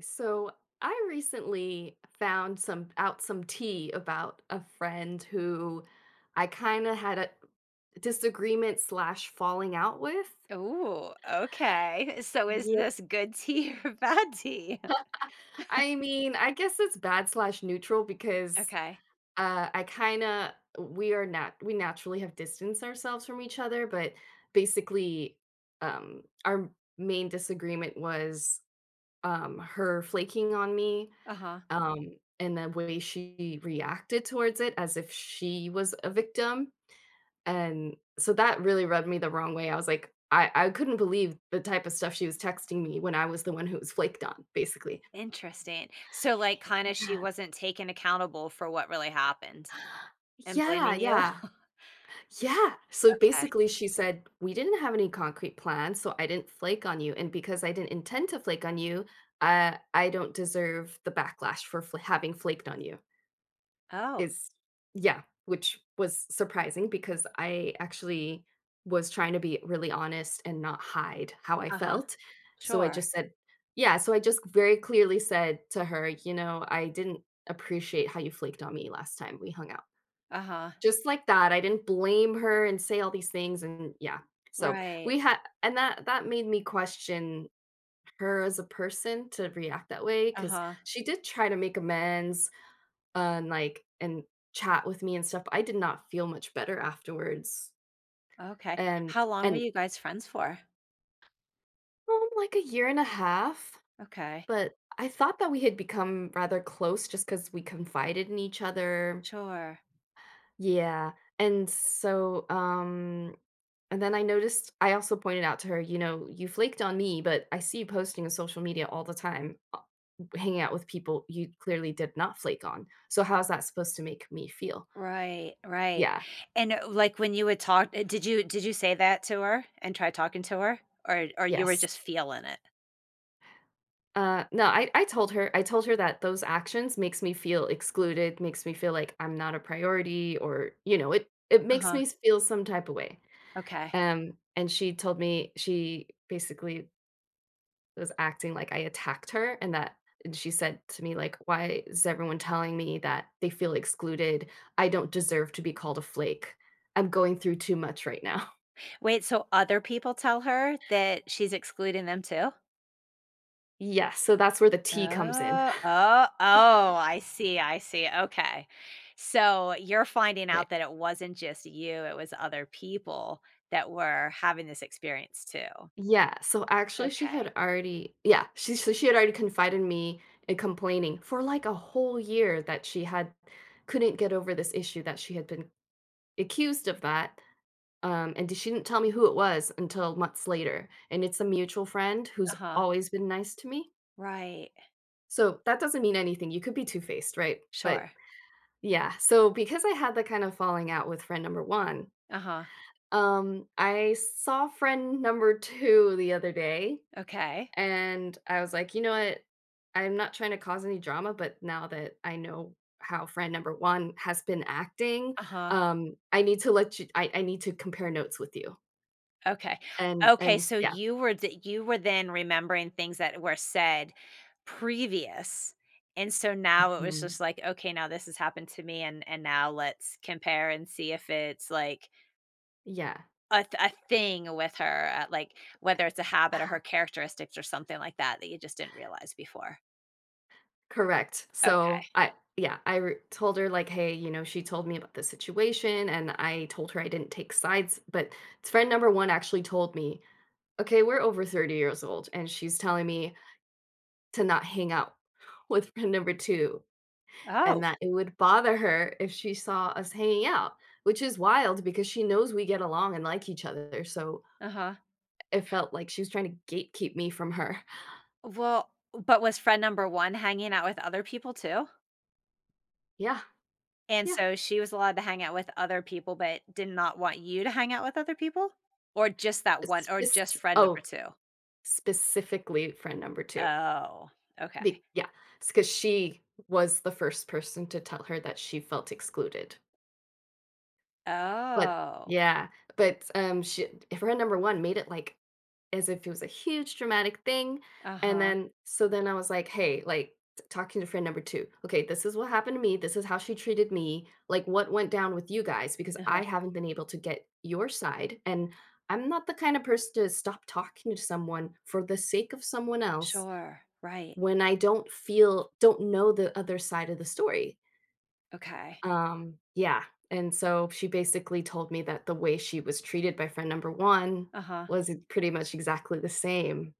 So I recently found some out some tea about a friend who I kind of had a disagreement slash falling out with. Oh, okay. So is Yeah. this good tea or bad tea? I mean, I guess it's bad slash neutral because Okay. I kind of we are not we naturally have distanced ourselves from each other, but basically, our main disagreement was her flaking on me. Uh-huh. And the way she reacted towards it as if she was a victim, and so that really rubbed me the wrong way. I was like, I couldn't believe the type of stuff she was texting me when I was the one who was flaked on, basically. Interesting. So, like, kinda she Yeah. wasn't taken accountable for what really happened and Yeah, blaming you? yeah, yeah. So Okay. basically she said, "We didn't have any concrete plans, so I didn't flake on you, and because I didn't intend to flake on you, I don't deserve the backlash for fl having flaked on you." Oh, Is Yeah, which was surprising because I actually was trying to be really honest and not hide how I uh-huh. felt. So I Sure. just said yeah, so I just very clearly said to her, "You know, I didn't appreciate how you flaked on me last time we hung out." Uh-huh. Just like that, I didn't blame her and say all these things and yeah. So, Right. we had and that made me question her as a person to react that way because Uh-huh. she did try to make amends and chat with me and stuff, I did not feel much better afterwards, Okay. and How long were and you guys friends for? Like, a year and a half, Okay. but I thought that we had become rather close just because we confided in each other. Sure. Yeah, and so, and then I also pointed out to her, you know, "You flaked on me, but I see you posting on social media all the time, hanging out with people you clearly did not flake on, so how's that supposed to make me feel?" Right, right. Yeah, And, like, when you would talk did you say that to her and try talking to her? Or you were yes. just feeling it? No, I told her that those actions makes me feel excluded, makes me feel like I'm not a priority or, you know, it makes Uh-huh. me feel some type of way. Okay. And she told me she basically was acting like I attacked her and that and she said to me like, "Why is everyone telling me that they feel excluded? I don't deserve to be called a flake. I'm going through too much right now." Wait, so other people tell her that she's excluding them too? Yeah, so that's where the tea comes in. Oh, oh, oh, I see, okay. So you're finding out that it wasn't just you, it was other people that were having this experience too. Yeah, so actually she Okay. had already yeah, she had already confided in me and complaining for like a whole year that she had couldn't get over this issue that she had been accused of that. And she didn't tell me who it was until months later. And it's a mutual friend who's Uh-huh. always been nice to me. Right. So that doesn't mean anything. You could be two-faced, right? But Sure. yeah, so because I had that kind of falling out with friend number one, Uh-huh. I saw friend number two the other day. Okay. And I was like, "You know what? I'm not trying to cause any drama, but now that I know how friend number 1 has been acting, Uh-huh. I need to compare notes with you." Okay. Okay, and so yeah. you were then remembering things that were said previous, and so now it was Mhm. just like, "Okay, now this has happened to me, and now let's compare and see if it's, like, Yeah. a thing with her, like, whether it's a habit or her characteristics or something like that that you just didn't realize before." Correct. So, Okay. I yeah, I re told her like, "Hey, you know, she told me about the situation, and I told her I didn't take sides, but friend number 1 actually told me, 'Okay, we're over 30 years old,' and she's telling me to not hang out with friend number 2 and Oh, that it would bother her if she saw us hanging out, which is wild because she knows we get along and like each other, so uh-huh. it felt like she was trying to gatekeep me from her." Well, but was friend number 1 hanging out with other people too? Yeah, And yeah. so she was allowed to hang out with other people, but did not want you to hang out with other people? Or just that one or Spec just friend number oh, 2? Specifically friend number 2. Oh, okay. Be Yeah, because she was the first person to tell her that she felt excluded. But Oh. yeah, but, she friend number 1 made it, like, as if it was a huge dramatic thing, and Uh-huh, then so then I was like, "Hey," like, t talking to friend number 2, "Okay, this is what happened to me, this is how she treated me, like, what went down with you guys? Because uh-huh. I haven't been able to get your side, and I'm not the kind of person to stop talking to someone for the sake of someone else Sure, right. when I don't know the other side of the story." Okay. Yeah, and so she basically told me that the way she was treated by friend number 1 Uh-huh. was pretty much exactly the same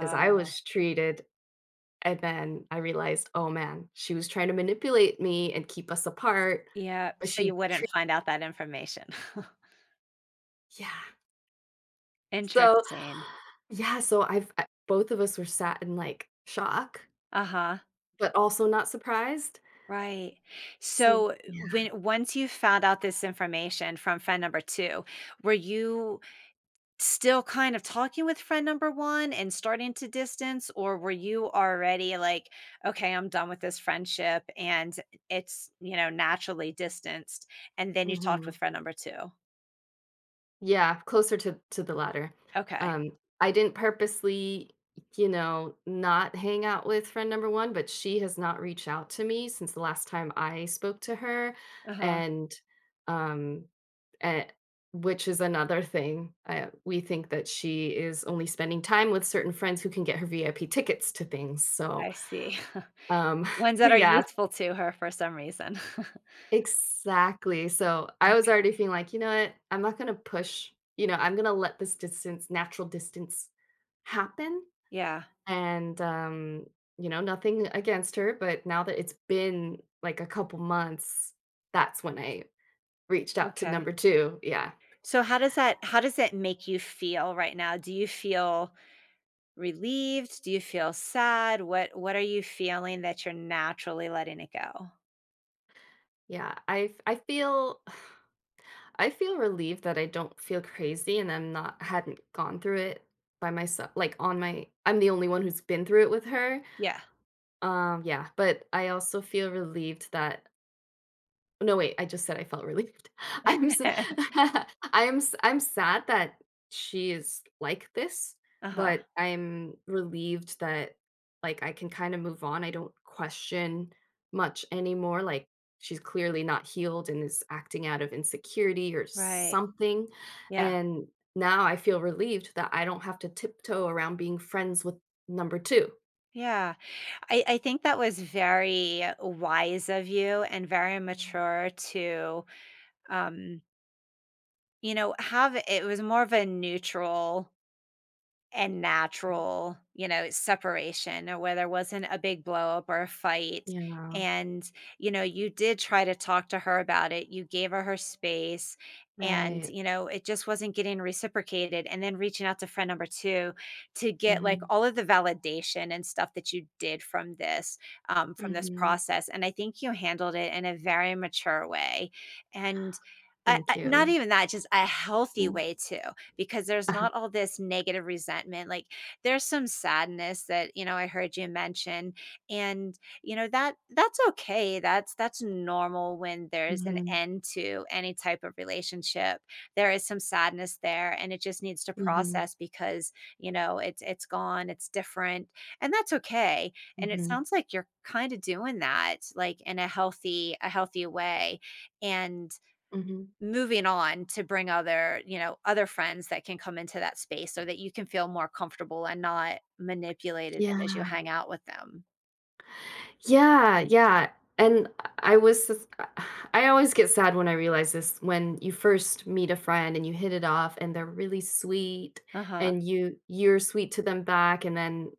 as I was treated, and then I realized, "Oh, man, she was trying to manipulate me and keep us apart, yeah, but so you she wouldn't treat." find out that information. Yeah, so Interesting. yeah, so I've I both of us were sat in, like, shock, Uh-huh, but also not surprised, right. so So, yeah, when once you found out this information from friend number 2, were you still kind of talking with friend number 1 and starting to distance, or were you already like, "Okay, I'm done with this friendship," and it's, you know, naturally distanced, and then you talked mhm. with friend number 2? Yeah, closer to the latter. Okay. I didn't purposely, you know, not hang out with friend number 1, but she has not reached out to me since the last time I spoke to her, Uh-huh, and, um, eh which is another thing. I we think that she is only spending time with certain friends who can get her VIP tickets to things, so, I see. um, Ones that are yeah. useful to her for some reason. Exactly, so I was already feeling like, "You know what? I'm not gonna push, you know, I'm gonna let this distance natural distance happen," Yeah, and, you know, nothing against her, but now that it's been, like, a couple months, that's when I reached out to okay. number 2. Yeah, So how does it make you feel right now? Do you feel relieved? Do you feel sad? What are you feeling that you're naturally letting it go? yeah, I feel relieved that I don't feel crazy and I'm not hadn't gone through it by myself like, on my I'm the only one who's been through it with her. Yeah. Yeah, but I also feel relieved that no, wait, I just said I felt relieved. I'm s I'm sad that she is like this, Uh-huh, but I'm relieved that, like, I can kinda move on. I don't question much anymore, like, she's clearly not healed and is acting out of insecurity or right. something, Yeah, and now I feel relieved that I don't have to tiptoe around being friends with number 2. yeah. I think that was very wise of you and very Mhm. mature to, um, you know, have it was more of a neutral and natural, you know, separation or where there wasn't a big blow up or a fight. Yeah. And, you know, you did try to talk to her about it. You gave her her space and, Right. you know, it just wasn't getting reciprocated. And then reaching out to friend number two to get like Mhm. all of the validation and stuff that you did from this Mhm. process. And I think you handled it in a very mature way. And, Thank not you. even that, just a healthy Mm. way too because there's Uh-huh. not all this negative resentment. Like there's some sadness that, you know, I heard you mention and you know that that's okay. That's normal when there's an Mhm. end to any type of relationship. There is some sadness there and it just needs to Mhm. process because, you know, it's gone, it's different, and that's okay. And it Mhm. sounds like you're kind of doing that like in a healthy way and Mhm. moving on to bring other, you know, other friends that can come into that space so that you can feel more comfortable and not manipulated and as you Yeah. hang out with them. Yeah, yeah, and I was just- I always get sad when I realize this, when you first meet a friend and you hit it off and they're really sweet Uh-huh, and you're sweet to them back, and then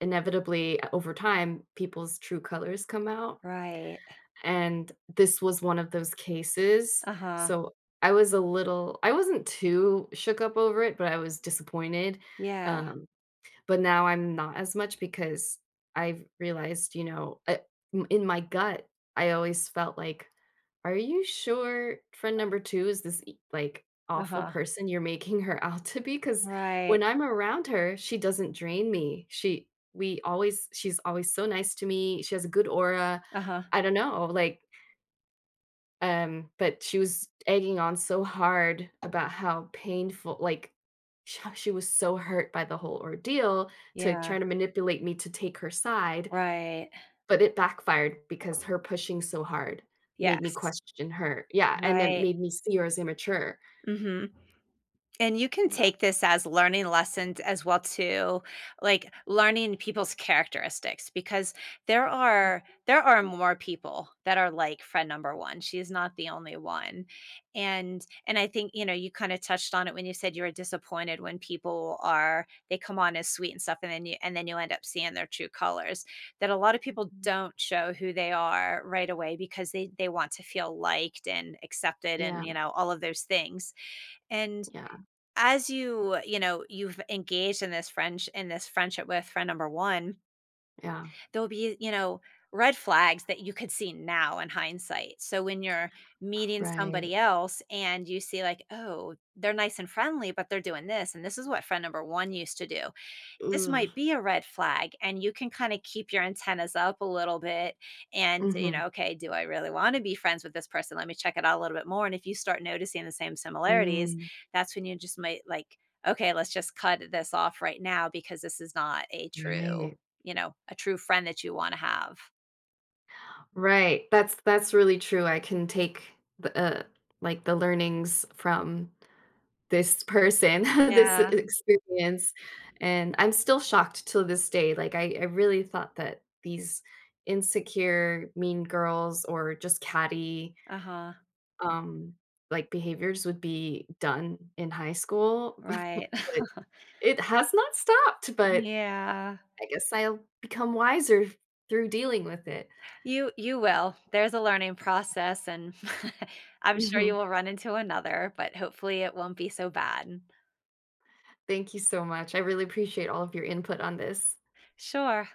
inevitably, over time, people's true colors come out. right. And this was one of those cases, Uh-huh, so I wasn't too shook up over it, but I was disappointed, yeah, um, but now I'm not as much because I've realized, you know, in my gut, I always felt like, "Are you sure friend number 2 is this e like, awful uh-huh, person you're making her out to be?" Because right. when I'm around her, she doesn't drain me. She's always so nice to me, she has a good aura. Uh-huh, I don't know, like but she was egging on so hard about how painful like, sh how she was so hurt by the whole ordeal to yeah, trying to manipulate me to take her side, right. but it backfired because her pushing so hard made me Yes, question her. Yeah, and then right. made me see her as immature. Mhm. And you can Yeah. take this as learning lessons as well too, like learning people's characteristics because there Mhm. are there are more people that are like friend number 1. She's not the only one. And I think, you know, you kinda touched on it when you said you were disappointed when people are they come on as sweet and stuff and then you end up seeing their true colors. That a lot of people Mhm. don't show who they are right away because they want to feel liked and accepted Yeah, and, you know, all of those things. And yeah, as you know, you've engaged in this friendship with friend number one, yeah. there'll be, you know, red flags that you could see now in hindsight. So when you're meeting Right. somebody else and you see, like, oh, they're nice and friendly but they're doing this, and this is what friend number one used to do, this Ugh. might be a red flag, and you can kind of keep your antennas up a little bit. And, you Mhm. know, okay, do I really want to be friends with this person? Let me check it out a little bit more. And if you start noticing the same similarities, Mm. that's when you just might, like, okay, let's just cut this off right now because this is not a true, Right. you know, a true friend that you want to have. That's really true. I can take the like the learnings from this person, this Yeah. experience, and I'm still shocked to this day. Like I really thought that these insecure, mean girls or just catty Uh-huh, um like behaviors would be done in high school. But right. it has not stopped, but Yeah. I guess I'll become wiser through dealing with it. You will. There's a learning process, and I'm sure you will run into another, but hopefully it won't be so bad. Thank you so much. I really appreciate all of your input on this. Sure.